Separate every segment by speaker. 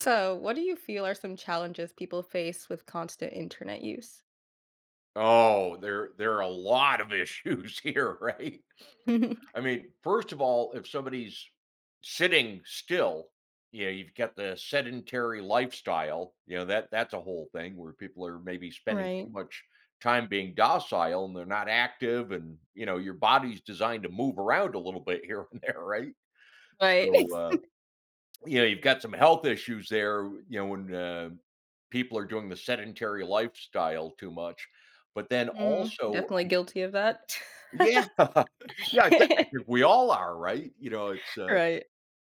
Speaker 1: So, what do you feel are some challenges people face with constant internet use?
Speaker 2: Oh, there are a lot of issues here, right? I mean, first of all, if somebody's sitting still, you know, you've got the sedentary lifestyle, you know, that's a whole thing where people are maybe spending
Speaker 1: Right.
Speaker 2: too much time being docile and they're not active and, you know, your body's designed to move around a little bit here and there, right?
Speaker 1: Right.
Speaker 2: So, uh, you know, you've got some health issues there, you know, when people are doing the sedentary lifestyle too much. But then
Speaker 1: Mm,
Speaker 2: also,
Speaker 1: definitely guilty of that.
Speaker 2: yeah. Yeah, I think we all are, right?
Speaker 1: Right.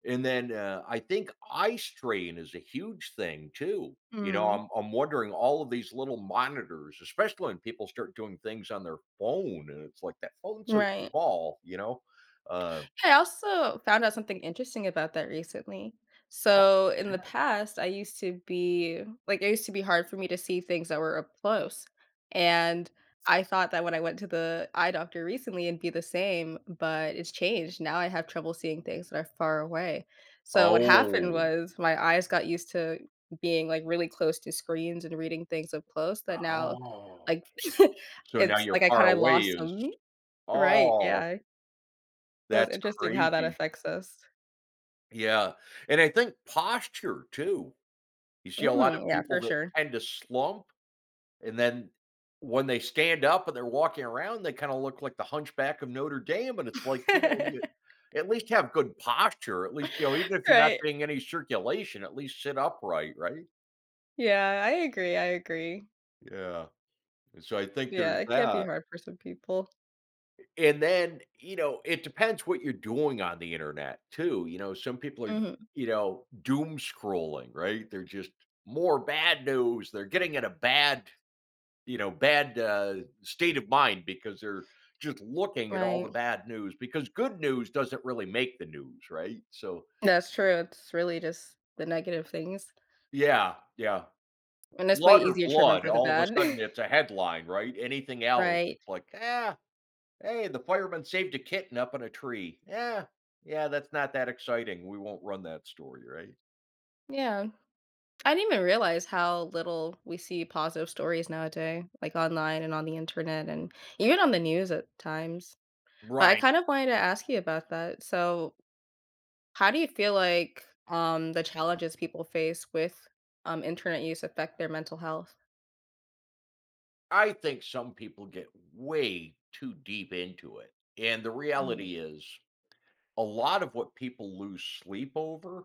Speaker 2: And then, I think eye strain is a huge thing too. You know,
Speaker 1: Mm,
Speaker 2: I'm wondering all of these little monitors, especially when people start doing things on their phone, and it's like, that phone's so
Speaker 1: right.
Speaker 2: small, you know? Uh
Speaker 1: I also found out something interesting about that recently.
Speaker 2: Oh.
Speaker 1: So in the past, I used to be like it used to be hard for me to see things that were up close. And I thought that when I went to the eye doctor recently it'd be the same, but it's changed. Now I have trouble seeing things that are far away. So what happened
Speaker 2: Oh.
Speaker 1: was my eyes got used to being like really close to screens and reading things up close that now
Speaker 2: Oh.
Speaker 1: like
Speaker 2: So now
Speaker 1: it's
Speaker 2: you're
Speaker 1: like I
Speaker 2: far
Speaker 1: kind of
Speaker 2: away
Speaker 1: lost
Speaker 2: is
Speaker 1: them. Right.
Speaker 2: oh,
Speaker 1: Yeah. So it's
Speaker 2: that's
Speaker 1: interesting how that
Speaker 2: crazy.
Speaker 1: affects us.
Speaker 2: Yeah, and I think posture too. You see a lot of
Speaker 1: Mhm, yeah,
Speaker 2: people
Speaker 1: for
Speaker 2: that
Speaker 1: sure.
Speaker 2: tend to slump. And then when they stand up and they're walking around, they kind of look like the hunchback of Notre Dame. And it's like, you know, you at least have good posture. At least, you know, even if you're not
Speaker 1: Right.
Speaker 2: getting any circulation, at least sit upright, right?
Speaker 1: Yeah, I agree, I agree.
Speaker 2: Yeah. And so I think there's
Speaker 1: Yeah, it can be
Speaker 2: that.
Speaker 1: hard for some people.
Speaker 2: And then, you know, it depends what you're doing on the internet too. You know, some people are,
Speaker 1: Mhm,
Speaker 2: you know, doom scrolling, right? They're just more bad news. They're getting in a bad, state of mind because they're just looking at all the
Speaker 1: right.
Speaker 2: bad news because good news doesn't really make the news, right? So,
Speaker 1: That's true, it's really just the negative things,
Speaker 2: yeah, yeah.
Speaker 1: and it's way
Speaker 2: Blood or
Speaker 1: easier to
Speaker 2: blood,
Speaker 1: remember the
Speaker 2: all of a
Speaker 1: bad.
Speaker 2: sudden it's a headline, right? Anything else,
Speaker 1: Right.
Speaker 2: it's like, ah, hey, the fireman saved a kitten up in a tree. Yeah, yeah, that's not that exciting. We won't run that story, right?
Speaker 1: Yeah. I didn't even realize how little we see positive stories nowadays, like, online and on the internet and even on the news at times. But I kind
Speaker 2: Right.
Speaker 1: of wanted to ask you about that. So how do you feel like, the challenges people face with, internet use affect their mental health?
Speaker 2: I think some people get way too deep into it. And the
Speaker 1: Mm.
Speaker 2: reality is, a lot of what people lose sleep over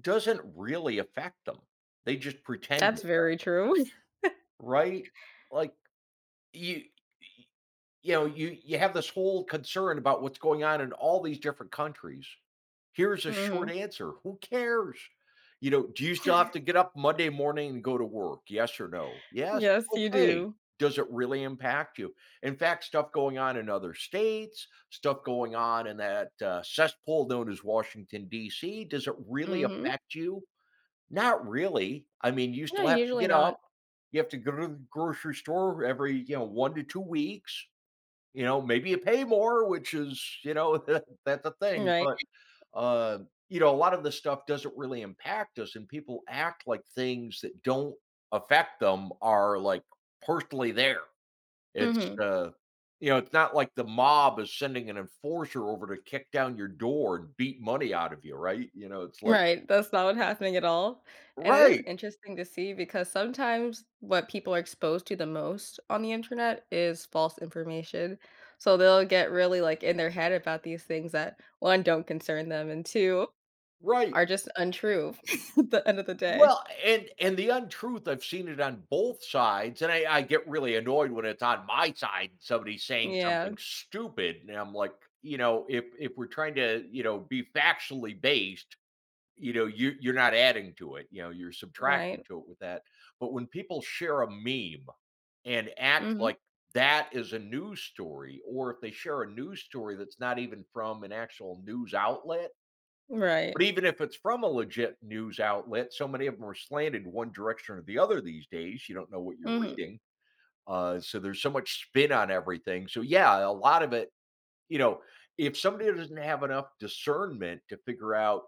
Speaker 2: doesn't really affect them. They just pretend
Speaker 1: That's
Speaker 2: it
Speaker 1: very
Speaker 2: does,
Speaker 1: true.
Speaker 2: right? Like, you you know, you have this whole concern about what's going on in all these different countries. Here's a short
Speaker 1: Mhm.
Speaker 2: answer, who cares? You know, do you still have to get up Monday morning and go to work? Yes or no? Yes?
Speaker 1: Yes, you
Speaker 2: Okay.
Speaker 1: do.
Speaker 2: Does it really impact you? In fact, stuff going on in other states, stuff going on in that, cesspool known as Washington, DC, does it really
Speaker 1: Mhm.
Speaker 2: affect you? Not really. I mean, you
Speaker 1: No,
Speaker 2: still have to
Speaker 1: usually
Speaker 2: get
Speaker 1: not,
Speaker 2: up. You have to go to the grocery store every, you know, 1 to 2 weeks. You know, maybe you pay more, which is, you know, that's the thing, but,
Speaker 1: right?
Speaker 2: uh, you know, a lot of the stuff doesn't really impact us, and people act like things that don't affect them are, like, personally there. It's,
Speaker 1: Mhm.
Speaker 2: uh, you know, it's not like the mob is sending an enforcer over to kick down your door and beat money out of you, right? You know, it's like
Speaker 1: Right, that's not what's happening at all, and it is
Speaker 2: right,
Speaker 1: interesting to see because sometimes what people are exposed to the most on the internet is false information, so they'll get really, like, in their head about these things that, 1, don't concern them, and 2
Speaker 2: right.
Speaker 1: are just untrue at the end of the day.
Speaker 2: Well, and the untruth, I've seen it on both sides, and I get really annoyed when it's on my side and somebody's saying
Speaker 1: Yeah,
Speaker 2: something stupid, and I'm like, you know, if we're trying to, you know, be factually based, you know, you're not adding to it, you know, you're subtracting
Speaker 1: right.
Speaker 2: to it with that. But when people share a meme and act
Speaker 1: Mhm.
Speaker 2: like that is a news story, or if they share a news story that's not even from an actual news outlet,
Speaker 1: Right.
Speaker 2: but even if it's from a legit news outlet, so many of them are slanted one direction or the other these days. You don't know what you're
Speaker 1: Mhm.
Speaker 2: reading. So there's so much spin on everything. So, yeah, a lot of it, you know, if somebody doesn't have enough discernment to figure out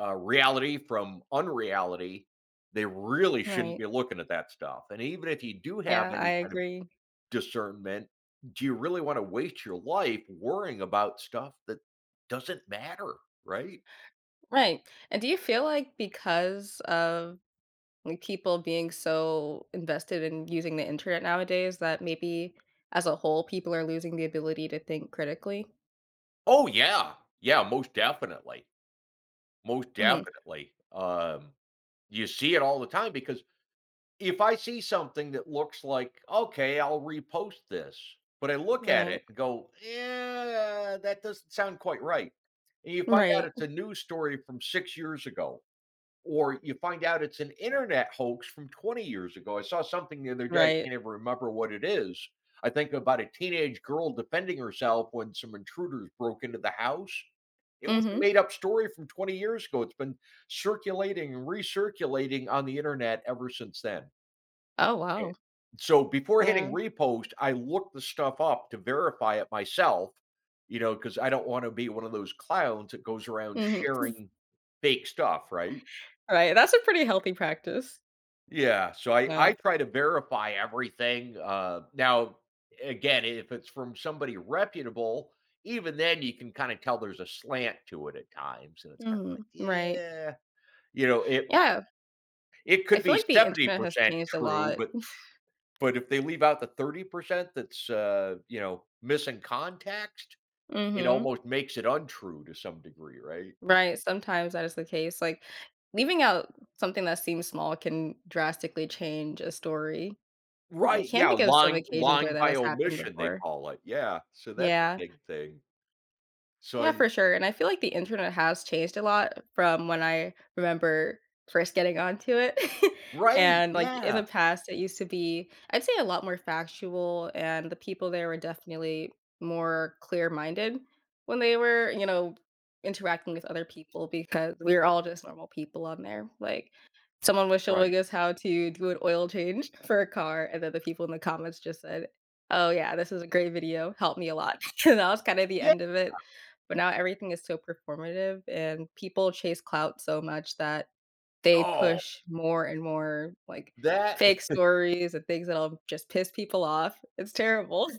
Speaker 2: reality from unreality, they really shouldn't
Speaker 1: Right.
Speaker 2: be looking at that stuff. And even if you do have
Speaker 1: Yeah, I
Speaker 2: any kind of
Speaker 1: agree.
Speaker 2: discernment, do you really want to waste your life worrying about stuff that doesn't matter? Right.
Speaker 1: Right. And do you feel like because of, like, people being so invested in using the internet nowadays that maybe as a whole, people are losing the ability to think critically?
Speaker 2: Oh, yeah. Yeah, most definitely. Most
Speaker 1: Mhm.
Speaker 2: definitely. You see it all the time because if I see something that looks like, "Okay, I'll repost this," but I look at
Speaker 1: Right.
Speaker 2: it and go, "Yeah, that doesn't sound quite right." And you find out
Speaker 1: Right.
Speaker 2: it's a news story from 6 years ago, or you find out it's an internet hoax from 20 years ago. I saw something the other day, I
Speaker 1: Right.
Speaker 2: can't even remember what it is. I think about a teenage girl defending herself when some intruders broke into the house. It was a
Speaker 1: Mhm.
Speaker 2: made up story from 20 years ago. It's been circulating and recirculating on the internet ever since then.
Speaker 1: Oh,
Speaker 2: Eh,
Speaker 1: wow.
Speaker 2: So before hitting
Speaker 1: Yeah.
Speaker 2: repost, I looked the stuff up to verify it myself, you know, because I don't want to be one of those clowns that goes around
Speaker 1: Mhm.
Speaker 2: sharing fake stuff, right?
Speaker 1: Right, that's a pretty healthy practice.
Speaker 2: Yeah, so I
Speaker 1: No.
Speaker 2: I try to verify everything. Now, again, if it's from somebody reputable, even then you can kind of tell there's a slant to it at times, and it's kind of
Speaker 1: Mhm.
Speaker 2: like,
Speaker 1: Right.
Speaker 2: yeah, you know, it
Speaker 1: Yeah.
Speaker 2: it
Speaker 1: I
Speaker 2: could
Speaker 1: feel
Speaker 2: be
Speaker 1: like the internet has
Speaker 2: 70%
Speaker 1: changed a
Speaker 2: true,
Speaker 1: lot.
Speaker 2: but if they leave out the 30% that's you know, missing context, it
Speaker 1: Mhm.
Speaker 2: almost makes it untrue to some degree, right?
Speaker 1: Right, sometimes that is the case, like, leaving out something that seems small can drastically change a story, and I
Speaker 2: Right,
Speaker 1: can
Speaker 2: yeah,
Speaker 1: think of some
Speaker 2: lying
Speaker 1: occasions where
Speaker 2: lying
Speaker 1: that
Speaker 2: by
Speaker 1: has happened
Speaker 2: omission, they
Speaker 1: before.
Speaker 2: call it, yeah, so that's a
Speaker 1: Yeah.
Speaker 2: big thing. So
Speaker 1: Yeah,
Speaker 2: I
Speaker 1: for sure. And I feel like the internet has changed a lot from when I remember first getting onto it.
Speaker 2: right,
Speaker 1: And like in
Speaker 2: yeah,
Speaker 1: the past, it used to be, I'd say, a lot more factual, and the people there were definitely more clear minded when they were, you know, interacting with other people because we were all just normal people on there. Like, someone was showing
Speaker 2: right.
Speaker 1: us how to do an oil change for a car, and then the people in the comments just said, oh, yeah, this is a great video. Helped me a lot. And that was kind of the
Speaker 2: Yeah,
Speaker 1: end of it, but now everything is so performative and people chase clout so much that they
Speaker 2: oh,
Speaker 1: push more and more, like,
Speaker 2: that
Speaker 1: fake stories and things that'll just piss people off. It's terrible.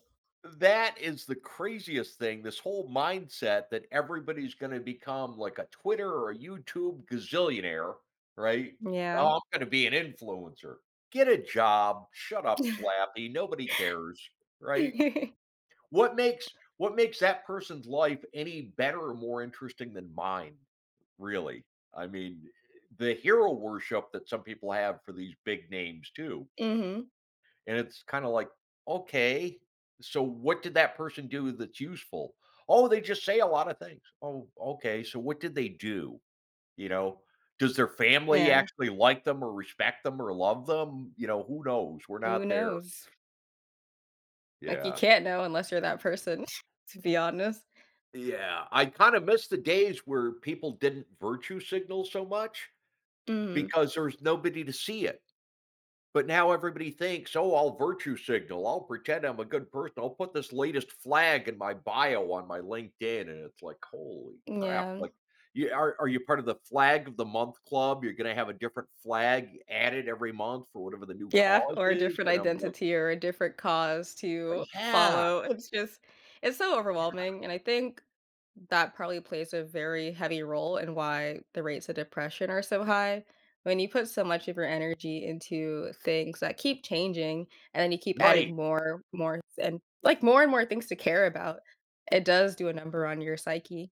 Speaker 2: that is the craziest thing, this whole mindset that everybody's gonna become like a Twitter or a YouTube gazillionaire, right?
Speaker 1: Yeah.
Speaker 2: "Oh, I'm gonna be an influencer." Get a job, shut up, Slappy, nobody cares, right? What makes that person's life any better or more interesting than mine, really? I mean, the hero worship that some people have for these big names too
Speaker 1: Mhm.
Speaker 2: and it's kind of like, okay, so what did that person do that's useful? Oh, they just say a lot of things. Oh, okay. So what did they do? You know, does their family
Speaker 1: Yeah.
Speaker 2: actually like them or respect them or love them? You know, who knows? We're
Speaker 1: Who
Speaker 2: not there.
Speaker 1: knows? Like, you
Speaker 2: Yeah.
Speaker 1: can't know unless you're that person, to be honest.
Speaker 2: Yeah. I kind of miss the days where people didn't virtue signal so much
Speaker 1: Mhm.
Speaker 2: because there's nobody to see it. But now everybody thinks, oh, I'll virtue signal. I'll pretend I'm a good person. I'll put this latest flag in my bio on my LinkedIn. And it's like, holy crap.
Speaker 1: Yeah.
Speaker 2: Like, you, are you part of the flag of the month club? You're going to have a different flag added every month for whatever the new
Speaker 1: Yeah,
Speaker 2: cause
Speaker 1: or a
Speaker 2: is.
Speaker 1: different
Speaker 2: And I'm like,
Speaker 1: identity or a different cause to
Speaker 2: yeah,
Speaker 1: follow. It's just it's so overwhelming, and I think that probably plays a very heavy role in why the rates of depression are so high. When you put so much of your energy into things that keep changing and then you keep
Speaker 2: right.
Speaker 1: adding more and like more and more things to care about, it does do a number on your psyche.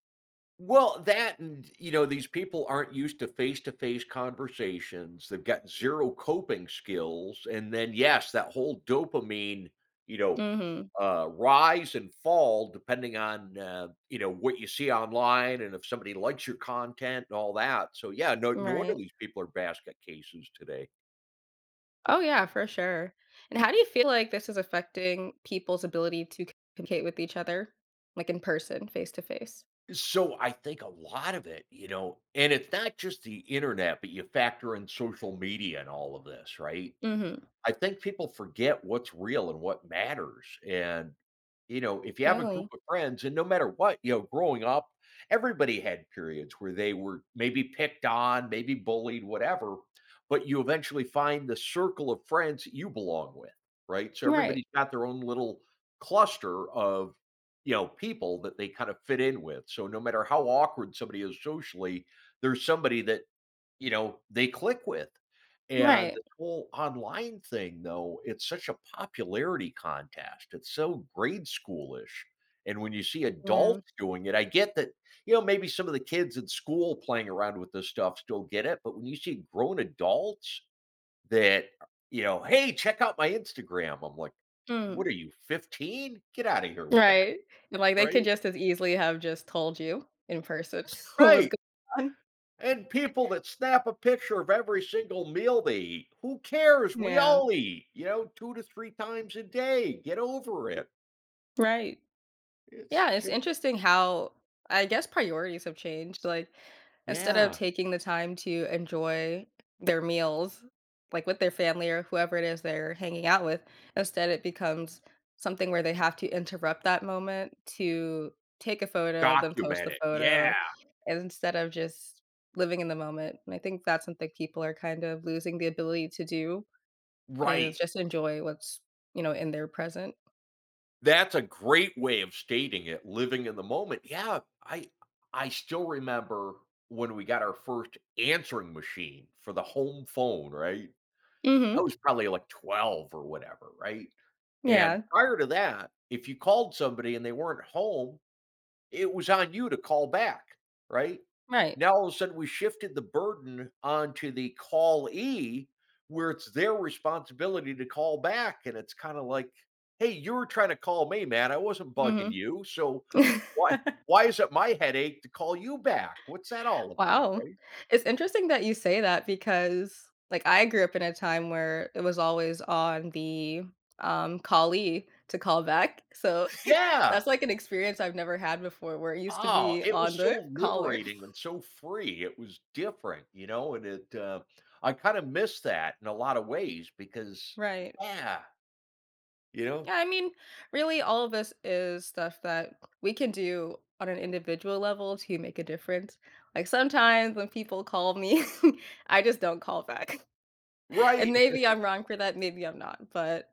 Speaker 2: Well, that and, you know, these people aren't used to face-to-face conversations. They've got 0 coping skills, and then, yes, that whole dopamine, you know,
Speaker 1: Mhm.
Speaker 2: rise and fall depending on, you know, what you see online and if somebody likes your content and all that. So, yeah, no wonder
Speaker 1: Right.
Speaker 2: these people are basket cases today.
Speaker 1: Oh, yeah, for sure. And how do you feel like this is affecting people's ability to communicate with each other, like in person, face to face?
Speaker 2: So, I think a lot of it, you know and it's not just the internet, but you factor in social media and all of this, right?
Speaker 1: Mm-hmm.
Speaker 2: I think people forget what's real and what matters, and, you know, if you have a group
Speaker 1: Really?
Speaker 2: of friends and no matter what, you know, growing up, everybody had periods where they were maybe picked on, maybe bullied, whatever, but you eventually find the circle of friends that you belong with, right? So
Speaker 1: Right.
Speaker 2: everybody's got their own little cluster of, you know, people that they kind of fit in with, so no matter how awkward somebody is socially, there's somebody that, you know, they click with, and
Speaker 1: Right.
Speaker 2: whole online thing though, it's such a popularity contest. It's so grade schoolish. And when you see
Speaker 1: Yeah.
Speaker 2: adults doing it, I get that, you know, maybe some of the kids in school playing around with this stuff still get it. But when you see grown adults that, you know, hey, check out my Instagram, I'm like,
Speaker 1: Mm.
Speaker 2: what are you, 15? Get out of here with that.
Speaker 1: Right. And like they
Speaker 2: Right.
Speaker 1: could just as easily have just told you in person what was
Speaker 2: Right.
Speaker 1: going on.
Speaker 2: And people that snap a picture of every single meal they eat, who cares? We
Speaker 1: Yeah.
Speaker 2: all eat, you know, 2 to 3 times a day. Get over it.
Speaker 1: Right.
Speaker 2: It's
Speaker 1: Yeah, it's
Speaker 2: just
Speaker 1: interesting how I guess priorities have changed. Like instead of
Speaker 2: yeah,
Speaker 1: taking the time to enjoy their meals, like with their family or whoever it is they're hanging out with, instead it becomes something where they have to interrupt that moment to take a photo, then post the
Speaker 2: document it. Yeah,
Speaker 1: photo, and instead of just living in the moment. And I think that's something people are kind of losing the ability to do is
Speaker 2: right.
Speaker 1: just enjoy what's, you know, in their present.
Speaker 2: That's a great way of stating it, living in the moment. Yeah, I still remember when we got our first answering machine for the home phone, right? I
Speaker 1: Mhm.
Speaker 2: was probably like 12 or whatever, right? And
Speaker 1: Yeah.
Speaker 2: prior to that, if you called somebody and they weren't home, it was on you to call back, right?
Speaker 1: Right.
Speaker 2: Now all of a sudden we shifted the burden onto the callee where it's their responsibility to call back. And it's kind of like, hey, you were trying to call me, man. I wasn't bugging
Speaker 1: Mhm.
Speaker 2: you. So why why is it my headache to call you back? What's that all about?
Speaker 1: Wow.
Speaker 2: Right.
Speaker 1: It's interesting that you say that because, like, I grew up in a time where it was always on the, callee to call back, so
Speaker 2: Yeah.
Speaker 1: that's, like, an experience I've never had before where it used to
Speaker 2: Oh,
Speaker 1: be
Speaker 2: it
Speaker 1: on
Speaker 2: was
Speaker 1: the
Speaker 2: so
Speaker 1: caller.
Speaker 2: liberating and so free. It was different, you know, and it I kind of miss that in a lot of ways because
Speaker 1: Right.
Speaker 2: yeah, you know,
Speaker 1: Yeah, I mean, really all of this is stuff that we can do on an individual level to make a difference. Like, sometimes when people call me, I just don't call back. And
Speaker 2: right.
Speaker 1: maybe I'm wrong for that, maybe I'm not, but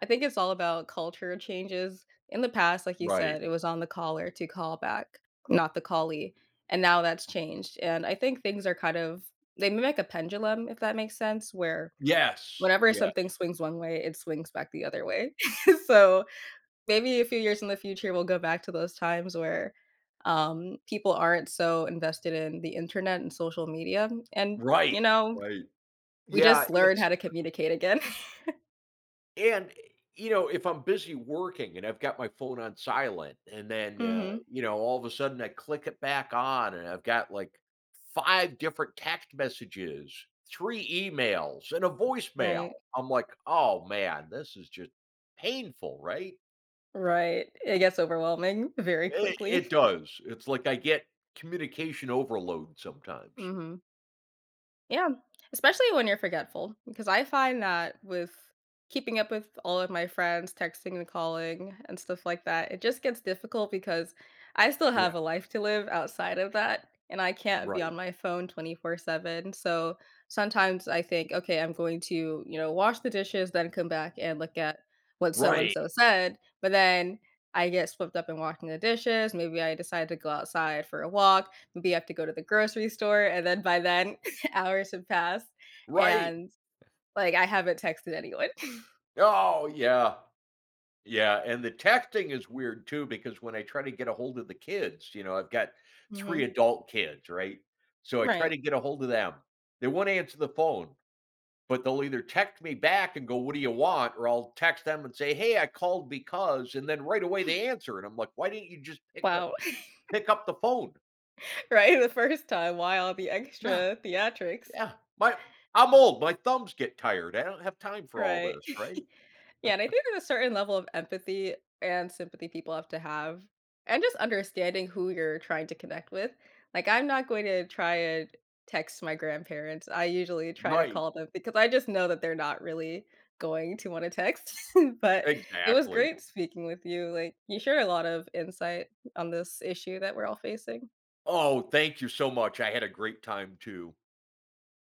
Speaker 1: I think it's all about culture changes. In the past, like you
Speaker 2: Right.
Speaker 1: said, it was on the caller to call back, not the callee, and now that's changed, and I think things are kind of they mimic a pendulum, if that makes sense, where
Speaker 2: Yes.
Speaker 1: whenever
Speaker 2: Yeah.
Speaker 1: something swings one way, it swings back the other way. So, maybe a few years in the future, we'll go back to those times where, people aren't so invested in the internet and social media, and, you
Speaker 2: Right.
Speaker 1: know,
Speaker 2: Right.
Speaker 1: we
Speaker 2: Yeah,
Speaker 1: just learn how
Speaker 2: it's
Speaker 1: to communicate again.
Speaker 2: and, you know, if I'm busy working and I've got my phone on silent and then,
Speaker 1: Mhm.
Speaker 2: you know, all of a sudden I click it back on and I've got like 5 different text messages, 3 emails, and a voicemail.
Speaker 1: Right.
Speaker 2: I'm like, "Oh, man, this is just painful," right?
Speaker 1: Right. It gets overwhelming very
Speaker 2: It
Speaker 1: quickly.
Speaker 2: it does. It's like I get communication overload sometimes.
Speaker 1: Mhm. Yeah, especially when you're forgetful, because I find that with keeping up with all of my friends, texting and calling and stuff like that, it just gets difficult because I still
Speaker 2: Yeah.
Speaker 1: have a life to live outside of that, and I can't be
Speaker 2: Right.
Speaker 1: on my phone 24/7. So sometimes I think, okay, I'm going to, you know, wash the dishes, then come back and look at what so and
Speaker 2: Right.
Speaker 1: so said, but then I get swept up in washing the dishes. Maybe I decide to go outside for a walk. Maybe I have to go to the grocery store. And then by then, hours have passed,
Speaker 2: Right.
Speaker 1: and, like, I haven't texted anyone.
Speaker 2: Oh, yeah. Yeah, and the texting is weird too because when I try to get a hold of the kids, you know, I've got 3
Speaker 1: Mhm.
Speaker 2: adult kids, right? So I try
Speaker 1: Right.
Speaker 2: to get a hold of them. They won't answer the phone, but they'll either text me back and go, "What do you want?" or I'll text them and say, "Hey, I called because," and then right away they answer, and I'm like, "Why didn't you just pick up
Speaker 1: Wow.
Speaker 2: pick up the phone?"
Speaker 1: Right? The first time, why all the
Speaker 2: Yeah,
Speaker 1: extra theatrics?
Speaker 2: yeah. My I'm old, my thumbs get tired. I don't have time for all
Speaker 1: Right.
Speaker 2: this, right?
Speaker 1: Yeah, and I think there's a certain level of empathy and sympathy people have to have, and just understanding who you're trying to connect with. Like, I'm not going to try and text my grandparents. I usually try to
Speaker 2: Right.
Speaker 1: call them because I just know that they're not really going to want to text. But it was
Speaker 2: Exactly.
Speaker 1: great speaking with you. Like, you shared a lot of insight on this issue that we're all facing.
Speaker 2: Oh, thank you so much. I had a great time too.